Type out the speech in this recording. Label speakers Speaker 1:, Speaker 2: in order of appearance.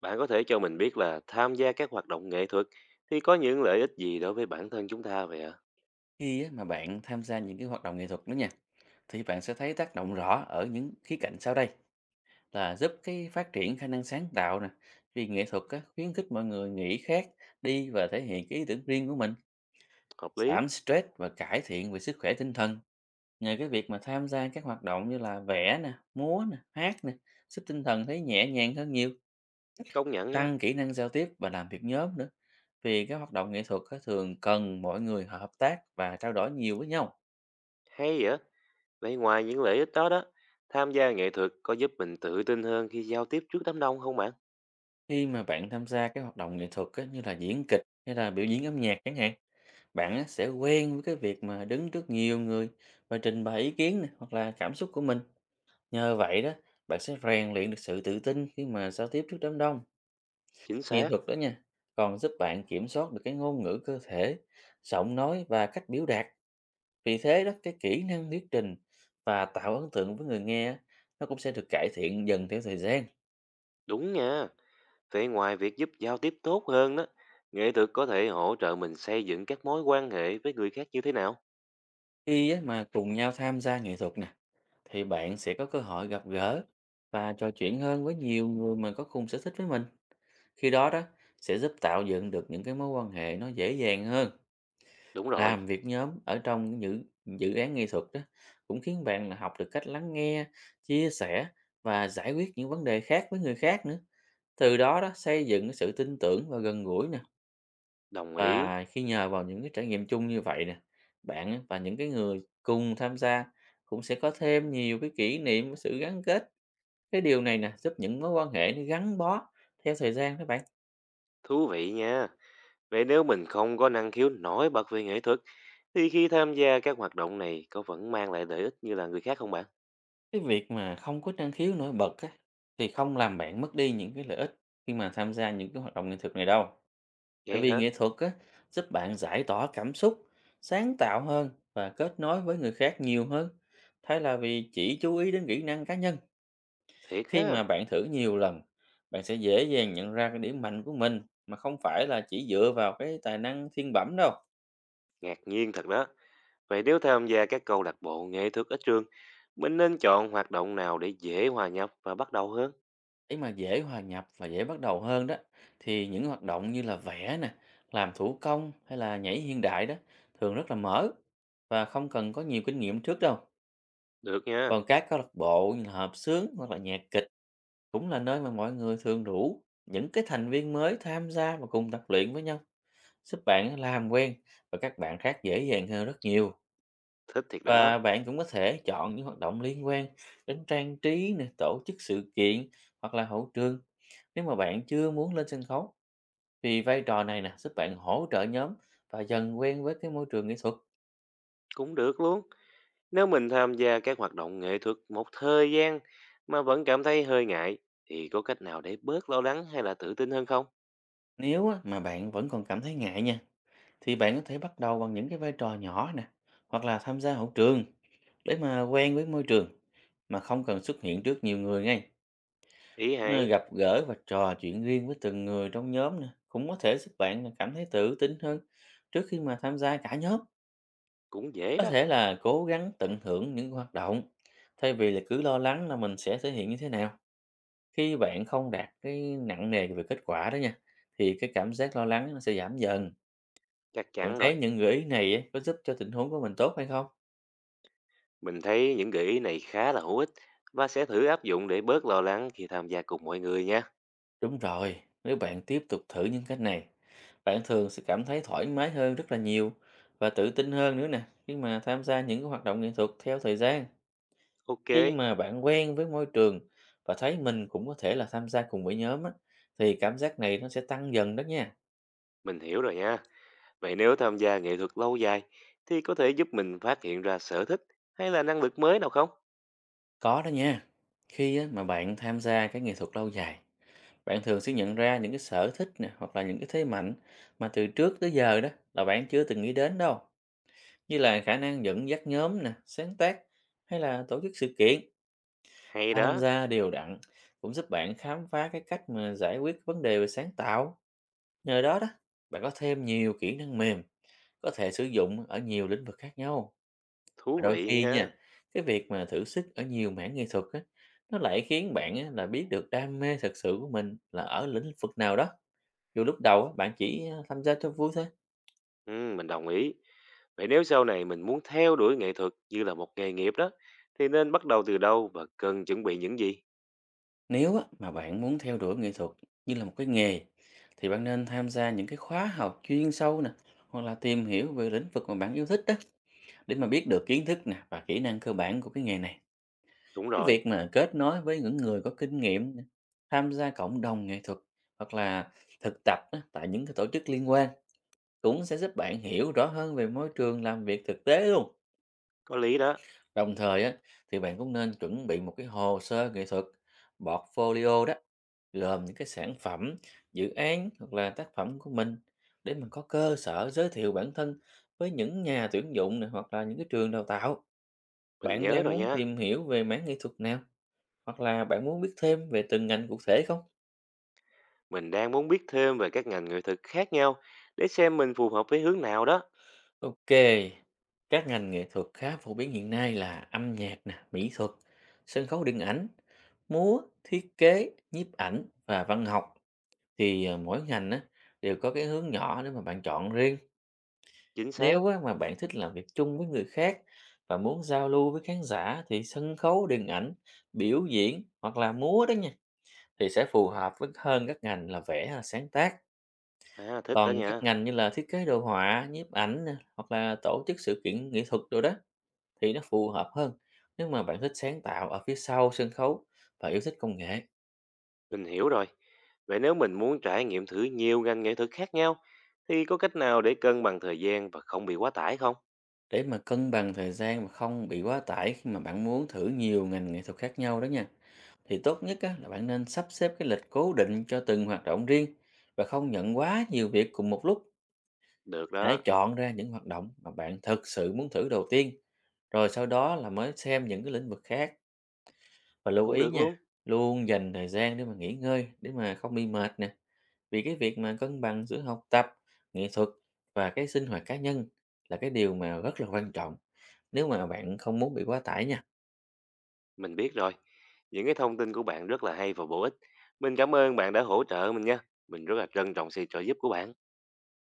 Speaker 1: Bạn có thể cho mình biết là tham gia các hoạt động nghệ thuật thì có những lợi ích gì đối với bản thân chúng ta vậy ạ?
Speaker 2: Khi á, mà bạn tham gia những cái hoạt động nghệ thuật đó nha, thì bạn sẽ thấy tác động rõ ở những khía cạnh sau đây là giúp cái phát triển khả năng sáng tạo nè, vì nghệ thuật á, khuyến khích mọi người nghĩ khác đi và thể hiện cái ý tưởng riêng của mình,
Speaker 1: Hợp lý,
Speaker 2: giảm stress và cải thiện về sức khỏe tinh thần. Nhờ cái việc mà tham gia các hoạt động như là vẽ nè, múa nè, hát nè, giúp tinh thần thấy nhẹ nhàng hơn nhiều,
Speaker 1: công nhận nha.
Speaker 2: tăng kỹ năng giao tiếp và làm việc nhóm nữa. Vì các hoạt động nghệ thuật á, thường cần mọi người hợp tác và trao đổi nhiều với nhau.
Speaker 1: Hay vậy? Vậy ngoài những lợi ích đó đó, tham gia nghệ thuật có giúp mình tự tin hơn khi giao tiếp trước đám đông không bạn?
Speaker 2: Khi mà bạn tham gia cái hoạt động nghệ thuật á, như là diễn kịch hay là biểu diễn âm nhạc chẳng hạn, bạn á, sẽ quen với cái việc mà đứng trước nhiều người và trình bày ý kiến nè, hoặc là cảm xúc của mình. Nhờ vậy đó, bạn sẽ rèn luyện được sự tự tin khi mà giao tiếp trước đám đông.
Speaker 1: Chính
Speaker 2: Nghệ
Speaker 1: xác,
Speaker 2: thuật đó nha, còn giúp bạn kiểm soát được cái ngôn ngữ cơ thể, giọng nói và cách biểu đạt. Vì thế đó, cái kỹ năng thuyết trình và tạo ấn tượng với người nghe á, nó cũng sẽ được cải thiện dần theo thời gian.
Speaker 1: đúng nha. Vậy ngoài việc giúp giao tiếp tốt hơn đó, nghệ thuật có thể hỗ trợ mình xây dựng các mối quan hệ với người khác như thế nào?
Speaker 2: Khi á, mà cùng nhau tham gia nghệ thuật nè thì bạn sẽ có cơ hội gặp gỡ và trò chuyện hơn với nhiều người mà có cùng sở thích với mình. Khi đó đó sẽ giúp tạo dựng được những cái mối quan hệ nó dễ dàng hơn.
Speaker 1: Đúng rồi,
Speaker 2: Làm việc nhóm ở trong những dự án nghệ thuật đó cũng khiến bạn là học được cách lắng nghe, chia sẻ và giải quyết những vấn đề khác với người khác nữa. Từ đó đó xây dựng cái sự tin tưởng và gần gũi nè.
Speaker 1: đồng ý.
Speaker 2: Và khi nhờ vào những cái trải nghiệm chung như vậy nè, bạn và những cái người cùng tham gia cũng sẽ có thêm nhiều cái kỷ niệm sự gắn kết, cái điều này nè, giúp những mối quan hệ nó gắn bó theo thời gian các bạn.
Speaker 1: Thú vị nha. Vậy nếu mình không có năng khiếu nổi bật về nghệ thuật, thì khi tham gia các hoạt động này có vẫn mang lại lợi ích như là người khác không bạn?
Speaker 2: Cái việc mà không có năng khiếu nổi bật á, thì không làm bạn mất đi những cái lợi ích khi mà tham gia những cái hoạt động nghệ thuật này đâu. Tại
Speaker 1: Vậy
Speaker 2: vì
Speaker 1: hả?
Speaker 2: nghệ thuật á, giúp bạn giải tỏa cảm xúc, sáng tạo hơn và kết nối với người khác nhiều hơn. Thay là vì chỉ chú ý đến kỹ năng cá nhân.
Speaker 1: Thiệt
Speaker 2: Khi
Speaker 1: ha?
Speaker 2: mà bạn thử nhiều lần, bạn sẽ dễ dàng nhận ra cái điểm mạnh của mình mà không phải là chỉ dựa vào cái tài năng thiên bẩm đâu.
Speaker 1: Ngạc nhiên thật đó. Vậy nếu tham gia các câu lạc bộ nghệ thuật ở trường, mình nên chọn hoạt động nào để dễ hòa nhập và bắt đầu hơn?
Speaker 2: Để mà dễ hòa nhập và dễ bắt đầu hơn đó thì những hoạt động như là vẽ nè, làm thủ công hay là nhảy hiện đại đó thường rất là mở và không cần có nhiều kinh nghiệm trước đâu.
Speaker 1: Được nha,
Speaker 2: Còn các câu lạc bộ như là hợp xướng hoặc là nhạc kịch cũng là nơi mà mọi người thường rủ những cái thành viên mới tham gia và cùng tập luyện với nhau, giúp bạn làm quen và các bạn khác dễ dàng hơn rất nhiều.
Speaker 1: thích thiệt đó,
Speaker 2: Và bạn cũng có thể chọn những hoạt động liên quan đến trang trí nè, tổ chức sự kiện hoặc là hậu trường. Nếu mà bạn chưa muốn lên sân khấu thì vai trò này nè giúp bạn hỗ trợ nhóm và dần quen với cái môi trường nghệ thuật.
Speaker 1: cũng được luôn. Nếu mình tham gia các hoạt động nghệ thuật một thời gian mà vẫn cảm thấy hơi ngại, thì có cách nào để bớt lo lắng hay là tự tin hơn không?
Speaker 2: Nếu á, mà bạn vẫn còn cảm thấy ngại nha thì bạn có thể bắt đầu bằng những cái vai trò nhỏ nè hoặc là tham gia hậu trường để mà quen với môi trường mà không cần xuất hiện trước nhiều người ngay.
Speaker 1: Ý hay,
Speaker 2: Ờ, gặp gỡ và trò chuyện riêng với từng người trong nhóm nè cũng có thể giúp bạn là cảm thấy tự tin hơn trước khi mà tham gia cả nhóm.
Speaker 1: cũng dễ
Speaker 2: Có
Speaker 1: đó,
Speaker 2: thể là cố gắng tận hưởng những hoạt động, thay vì là cứ lo lắng là mình sẽ thể hiện như thế nào. Khi bạn không đạt cái nặng nề về kết quả đó nha, thì cái cảm giác lo lắng nó sẽ giảm dần.
Speaker 1: chắc
Speaker 2: Bạn
Speaker 1: chắn
Speaker 2: thấy
Speaker 1: rồi.
Speaker 2: những gợi ý này á, có giúp cho tình huống của mình tốt hay không?
Speaker 1: Mình thấy những gợi ý này khá là hữu ích và sẽ thử áp dụng để bớt lo lắng khi tham gia cùng mọi người nha.
Speaker 2: Đúng rồi, nếu bạn tiếp tục thử những cách này, bạn thường sẽ cảm thấy thoải mái hơn rất là nhiều và tự tin hơn nữa nè khi mà tham gia những cái hoạt động nghệ thuật theo thời gian.
Speaker 1: Ok,
Speaker 2: Khi mà bạn quen với môi trường và thấy mình cũng có thể là tham gia cùng với nhóm á, thì cảm giác này nó sẽ tăng dần đó nha.
Speaker 1: mình hiểu rồi nha. Vậy nếu tham gia nghệ thuật lâu dài thì có thể giúp mình phát hiện ra sở thích hay là năng lực mới nào không?
Speaker 2: Có đó nha. Khi á, mà bạn tham gia cái nghệ thuật lâu dài, bạn thường sẽ nhận ra những cái sở thích nè hoặc là những cái thế mạnh mà từ trước tới giờ đó là bạn chưa từng nghĩ đến đâu, như là khả năng dẫn dắt nhóm nè, sáng tác hay là tổ chức sự kiện.
Speaker 1: Hay
Speaker 2: Tham
Speaker 1: đó,
Speaker 2: gia đều đặn cũng giúp bạn khám phá cái cách mà giải quyết vấn đề về sáng tạo. Nhờ đó đó, bạn có thêm nhiều kỹ năng mềm có thể sử dụng ở nhiều lĩnh vực khác nhau. Và
Speaker 1: thú
Speaker 2: đôi
Speaker 1: vị
Speaker 2: khi
Speaker 1: nha.
Speaker 2: nha, cái việc mà thử sức ở nhiều mảng nghệ thuật á, nó lại khiến bạn á, là biết được đam mê thật sự của mình là ở lĩnh vực nào đó. Dù lúc đầu á, bạn chỉ tham gia cho vui thôi.
Speaker 1: Ừ, mình đồng ý. Vậy nếu sau này mình muốn theo đuổi nghệ thuật như là một nghề nghiệp đó thì nên bắt đầu từ đâu và cần chuẩn bị những gì?
Speaker 2: Nếu á, mà bạn muốn theo đuổi nghệ thuật như là một cái nghề thì bạn nên tham gia những cái khóa học chuyên sâu nè hoặc là tìm hiểu về lĩnh vực mà bạn yêu thích đó để mà biết được kiến thức nè và kỹ năng cơ bản của cái nghề này.
Speaker 1: Đúng
Speaker 2: Cái
Speaker 1: rồi,
Speaker 2: việc mà kết nối với những người có kinh nghiệm nè, tham gia cộng đồng nghệ thuật hoặc là thực tập á, tại những cái tổ chức liên quan cũng sẽ giúp bạn hiểu rõ hơn về môi trường làm việc thực tế luôn.
Speaker 1: có lý đó.
Speaker 2: Đồng thời á, thì bạn cũng nên chuẩn bị một cái hồ sơ nghệ thuật, portfolio đó, gồm những cái sản phẩm, dự án hoặc là tác phẩm của mình để mình có cơ sở giới thiệu bản thân với những nhà tuyển dụng này hoặc là những cái trường đào tạo.
Speaker 1: Mình
Speaker 2: Bạn
Speaker 1: nhớ
Speaker 2: đang
Speaker 1: rồi
Speaker 2: muốn
Speaker 1: nha.
Speaker 2: tìm hiểu về mảng nghệ thuật nào hoặc là bạn muốn biết thêm về từng ngành cụ thể không?
Speaker 1: Mình đang muốn biết thêm về các ngành nghệ thuật khác nhau để xem mình phù hợp với hướng nào đó.
Speaker 2: Ok, các ngành nghệ thuật khá phổ biến hiện nay là âm nhạc nè, mỹ thuật, sân khấu điện ảnh, múa, thiết kế, nhiếp ảnh và văn học. Thì, mỗi ngành á, đều có cái hướng nhỏ để mà bạn chọn riêng.
Speaker 1: Chính xác.
Speaker 2: Nếu á, mà bạn thích làm việc chung với người khác và muốn giao lưu với khán giả thì sân khấu, điện ảnh, biểu diễn hoặc là múa đó nha, thì sẽ phù hợp với hơn các ngành là vẽ hay là sáng tác.
Speaker 1: À, thích đó
Speaker 2: Còn các
Speaker 1: nha.
Speaker 2: ngành như là thiết kế đồ họa, nhiếp ảnh nè, hoặc là tổ chức sự kiện nghệ thuật đồ đó thì nó phù hợp hơn nếu mà bạn thích sáng tạo ở phía sau sân khấu và yêu thích công nghệ.
Speaker 1: Mình hiểu rồi. Vậy nếu mình muốn trải nghiệm thử nhiều ngành nghệ thuật khác nhau, thì có cách nào để cân bằng thời gian và không bị quá tải không?
Speaker 2: Để mà cân bằng thời gian mà không bị quá tải khi mà bạn muốn thử nhiều ngành nghệ thuật khác nhau đó nha, thì tốt nhất á, là bạn nên sắp xếp cái lịch cố định cho từng hoạt động riêng và không nhận quá nhiều việc cùng một lúc.
Speaker 1: Được đó,
Speaker 2: Hãy chọn ra những hoạt động mà bạn thực sự muốn thử đầu tiên, rồi sau đó là mới xem những cái lĩnh vực khác. Và lưu
Speaker 1: cũng
Speaker 2: ý
Speaker 1: được
Speaker 2: nha,
Speaker 1: luôn.
Speaker 2: luôn dành thời gian để mà nghỉ ngơi, để mà không bị mệt nè. Vì cái việc mà cân bằng giữa học tập, nghệ thuật và cái sinh hoạt cá nhân là cái điều mà rất là quan trọng nếu mà bạn không muốn bị quá tải nha.
Speaker 1: Mình biết rồi. Những cái thông tin của bạn rất là hay và bổ ích. Mình cảm ơn bạn đã hỗ trợ mình nha. Mình rất là trân trọng sự trợ giúp của bạn.